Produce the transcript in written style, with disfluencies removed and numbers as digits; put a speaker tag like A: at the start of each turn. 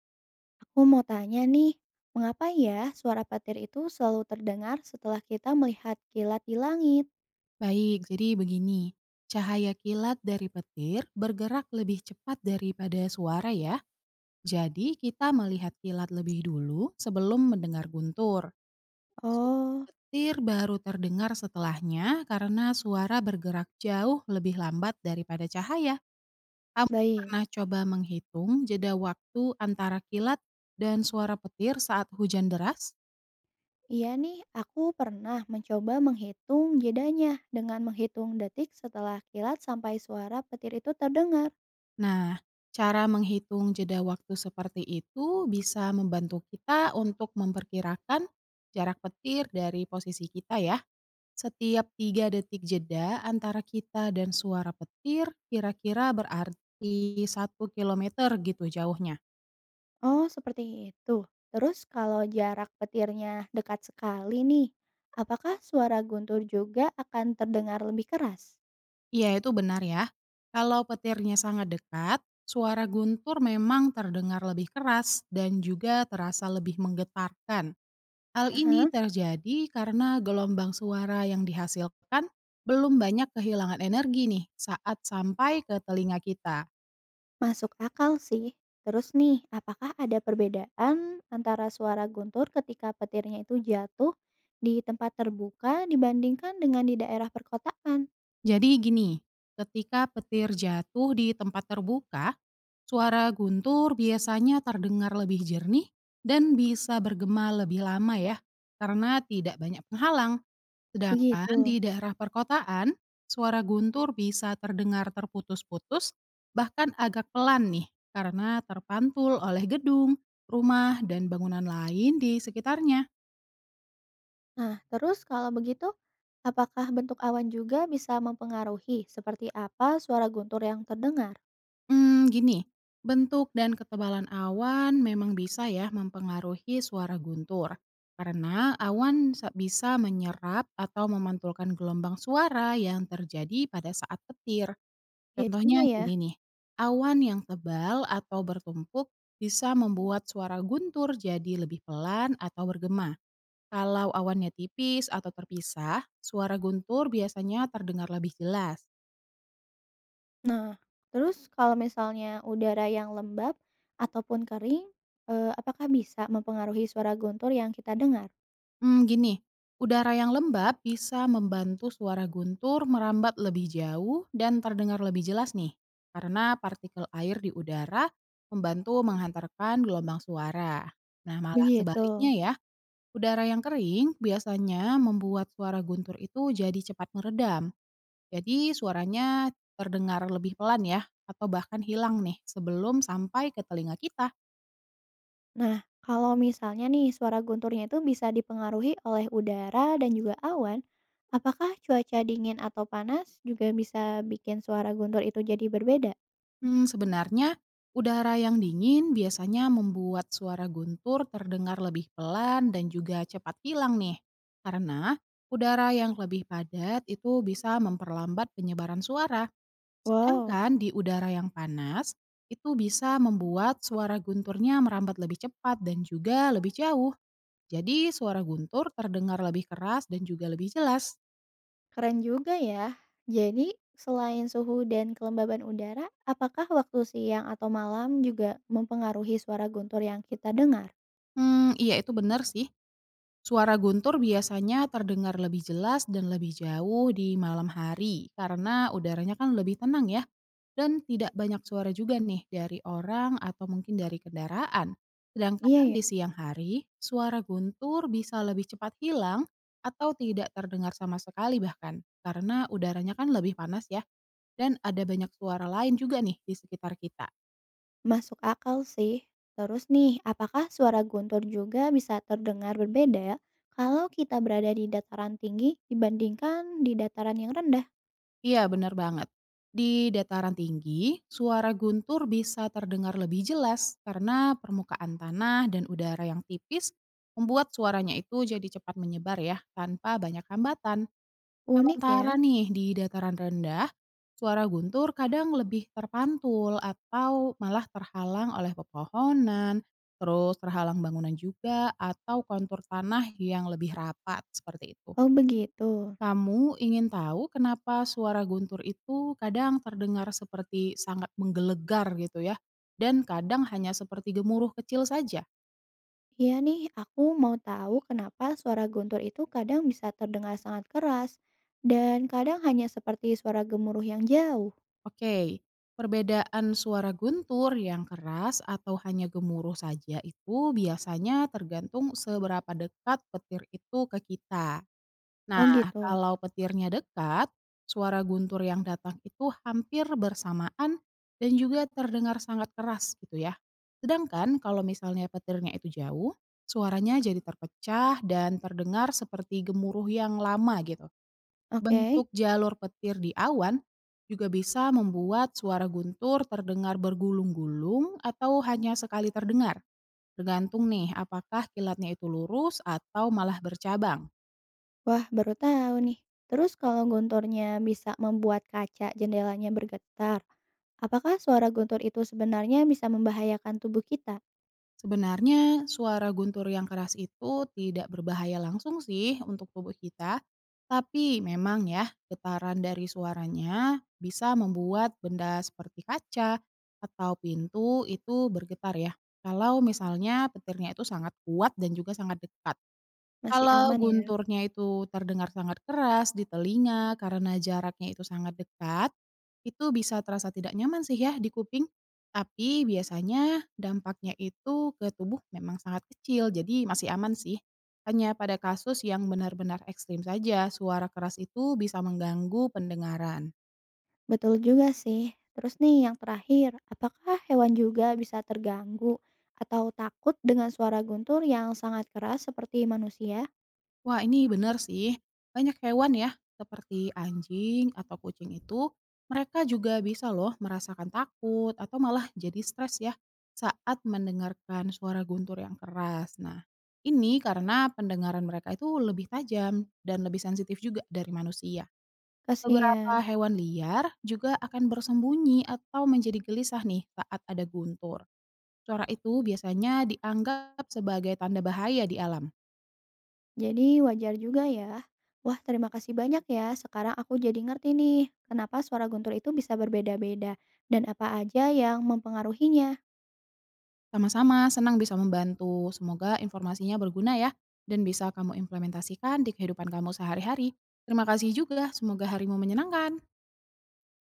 A: Aku mau tanya nih, mengapa ya suara petir itu selalu terdengar setelah kita melihat kilat di langit?
B: Baik, jadi begini. Cahaya kilat dari petir bergerak lebih cepat daripada suara ya. Jadi kita melihat kilat lebih dulu sebelum mendengar guntur. Suara
A: Oh,
B: Petir baru terdengar setelahnya karena suara bergerak jauh lebih lambat daripada cahaya. Kamu
A: baik.
B: pernah coba menghitung jeda waktu antara kilat dan suara petir saat hujan deras?
A: Iya nih, aku pernah mencoba menghitung jedanya dengan menghitung detik setelah kilat sampai suara petir itu terdengar.
B: Nah, cara menghitung jeda waktu seperti itu bisa membantu kita untuk memperkirakan jarak petir dari posisi kita ya. Setiap 3 detik jeda antara kita dan suara petir kira-kira berarti 1 kilometer gitu jauhnya.
A: Oh, seperti itu. Terus kalau jarak petirnya dekat sekali nih, apakah suara guntur juga akan terdengar lebih keras?
B: Iya itu benar ya. Kalau petirnya sangat dekat, suara guntur memang terdengar lebih keras dan juga terasa lebih menggetarkan. Hal ini
A: Aha.
B: terjadi karena gelombang suara yang dihasilkan belum banyak kehilangan energi nih saat sampai ke telinga kita.
A: Masuk akal sih. Terus nih, apakah ada perbedaan antara suara guntur ketika petirnya itu jatuh di tempat terbuka dibandingkan dengan di daerah perkotaan?
B: Jadi gini, ketika petir jatuh di tempat terbuka, suara guntur biasanya terdengar lebih jernih dan bisa bergema lebih lama ya, karena tidak banyak penghalang. Sedangkan
A: Begitu.
B: di daerah perkotaan, suara guntur bisa terdengar terputus-putus, bahkan agak pelan nih, karena terpantul oleh gedung, rumah, dan bangunan lain di sekitarnya.
A: Nah, terus kalau begitu, apakah bentuk awan juga bisa mempengaruhi seperti apa suara guntur yang terdengar?
B: Gini, bentuk dan ketebalan awan memang bisa ya mempengaruhi suara guntur. Karena awan bisa menyerap atau memantulkan gelombang suara yang terjadi pada saat petir.
A: Ya juga
B: Contohnya
A: ya.
B: gini nih, awan yang tebal atau bertumpuk bisa membuat suara guntur jadi lebih pelan atau bergema. Kalau awannya tipis atau terpisah, suara guntur biasanya terdengar lebih jelas.
A: Nah, terus kalau misalnya udara yang lembab ataupun kering, apakah bisa mempengaruhi suara guntur yang kita dengar?
B: Gini, udara yang lembab bisa membantu suara guntur merambat lebih jauh dan terdengar lebih jelas nih. Karena partikel air di udara membantu menghantarkan gelombang suara. Nah, malah
A: Begitu.
B: sebaliknya ya, udara yang kering biasanya membuat suara guntur itu jadi cepat meredam. Jadi suaranya terdengar lebih pelan ya, atau bahkan hilang nih sebelum sampai ke telinga kita.
A: Nah, kalau misalnya nih suara gunturnya itu bisa dipengaruhi oleh udara dan juga awan, apakah cuaca dingin atau panas juga bisa bikin suara guntur itu jadi berbeda?
B: Sebenarnya udara yang dingin biasanya membuat suara guntur terdengar lebih pelan dan juga cepat hilang nih. Karena udara yang lebih padat itu bisa memperlambat penyebaran suara.
A: Wow,
B: Sedangkan di udara yang panas, itu bisa membuat suara gunturnya merambat lebih cepat dan juga lebih jauh. Jadi suara guntur terdengar lebih keras dan juga lebih jelas.
A: keren juga ya. Jadi, selain suhu dan kelembaban udara, apakah waktu siang atau malam juga mempengaruhi suara guntur yang kita dengar?
B: Iya itu benar sih. Suara guntur biasanya terdengar lebih jelas dan lebih jauh di malam hari karena udaranya kan lebih tenang ya. Dan tidak banyak suara juga nih dari orang atau mungkin dari kendaraan.
A: Iya
B: Sedangkan
A: ya.
B: di siang hari, suara guntur bisa lebih cepat hilang atau tidak terdengar sama sekali bahkan. Karena udaranya kan lebih panas ya. Dan ada banyak suara lain juga nih di sekitar kita.
A: Masuk akal sih. Terus nih, apakah suara guntur juga bisa terdengar berbeda ya, kalau kita berada di dataran tinggi dibandingkan di dataran yang rendah?
B: Iya benar banget. Di dataran tinggi, suara guntur bisa terdengar lebih jelas karena permukaan tanah dan udara yang tipis membuat suaranya itu jadi cepat menyebar ya tanpa banyak hambatan.
A: Unik ya.
B: Sementara nih di dataran rendah, suara guntur kadang lebih terpantul atau malah terhalang oleh pepohonan, terus terhalang bangunan juga atau kontur tanah yang lebih rapat seperti itu.
A: Oh begitu.
B: Kamu ingin tahu kenapa suara guntur itu kadang terdengar seperti sangat menggelegar gitu ya, dan kadang hanya seperti gemuruh kecil saja?
A: Iya nih, aku mau tahu kenapa suara guntur itu kadang bisa terdengar sangat keras dan kadang hanya seperti suara gemuruh yang jauh.
B: Oke, perbedaan suara guntur yang keras atau hanya gemuruh saja itu biasanya tergantung seberapa dekat petir itu ke kita.
A: Oh
B: Nah,
A: gitu.
B: kalau petirnya dekat, suara guntur yang datang itu hampir bersamaan dan juga terdengar sangat keras gitu ya. Sedangkan kalau misalnya petirnya itu jauh, suaranya jadi terpecah dan terdengar seperti gemuruh yang lama gitu.
A: Oke.
B: Bentuk jalur petir di awan juga bisa membuat suara guntur terdengar bergulung-gulung atau hanya sekali terdengar, tergantung nih apakah kilatnya itu lurus atau malah bercabang.
A: Wah, baru tahu nih. Terus kalau gontornya bisa membuat kaca jendelanya bergetar, apakah suara gontor itu sebenarnya bisa membahayakan tubuh kita?
B: Sebenarnya suara guntur yang keras itu tidak berbahaya langsung sih untuk tubuh kita, tapi memang ya getaran dari suaranya bisa membuat benda seperti kaca atau pintu itu bergetar ya. Kalau misalnya petirnya itu sangat kuat dan juga sangat dekat.
A: Masih
B: Kalau
A: aman ya?
B: gunturnya itu terdengar sangat keras di telinga karena jaraknya itu sangat dekat, itu bisa terasa tidak nyaman sih ya di kuping. Tapi biasanya dampaknya itu ke tubuh memang sangat kecil, jadi masih aman sih. Hanya pada kasus yang benar-benar ekstrim saja, suara keras itu bisa mengganggu pendengaran.
A: Betul juga sih. Terus nih yang terakhir, apakah hewan juga bisa terganggu atau takut dengan suara guntur yang sangat keras seperti manusia?
B: Wah, ini benar sih. Banyak hewan ya, seperti anjing atau kucing itu, mereka juga bisa loh merasakan takut atau malah jadi stres ya saat mendengarkan suara guntur yang keras. Nah, ini karena pendengaran mereka itu lebih tajam dan lebih sensitif juga dari manusia.
A: Kasihan.
B: Beberapa hewan liar juga akan bersembunyi atau menjadi gelisah nih saat ada guntur. Suara itu biasanya dianggap sebagai tanda bahaya di alam.
A: Jadi wajar juga ya. Wah, terima kasih banyak ya. Sekarang aku jadi ngerti nih, kenapa suara guntur itu bisa berbeda-beda dan apa aja yang mempengaruhinya.
B: Sama-sama, senang bisa membantu. Semoga informasinya berguna ya dan bisa kamu implementasikan di kehidupan kamu sehari-hari. Terima kasih juga, semoga harimu menyenangkan.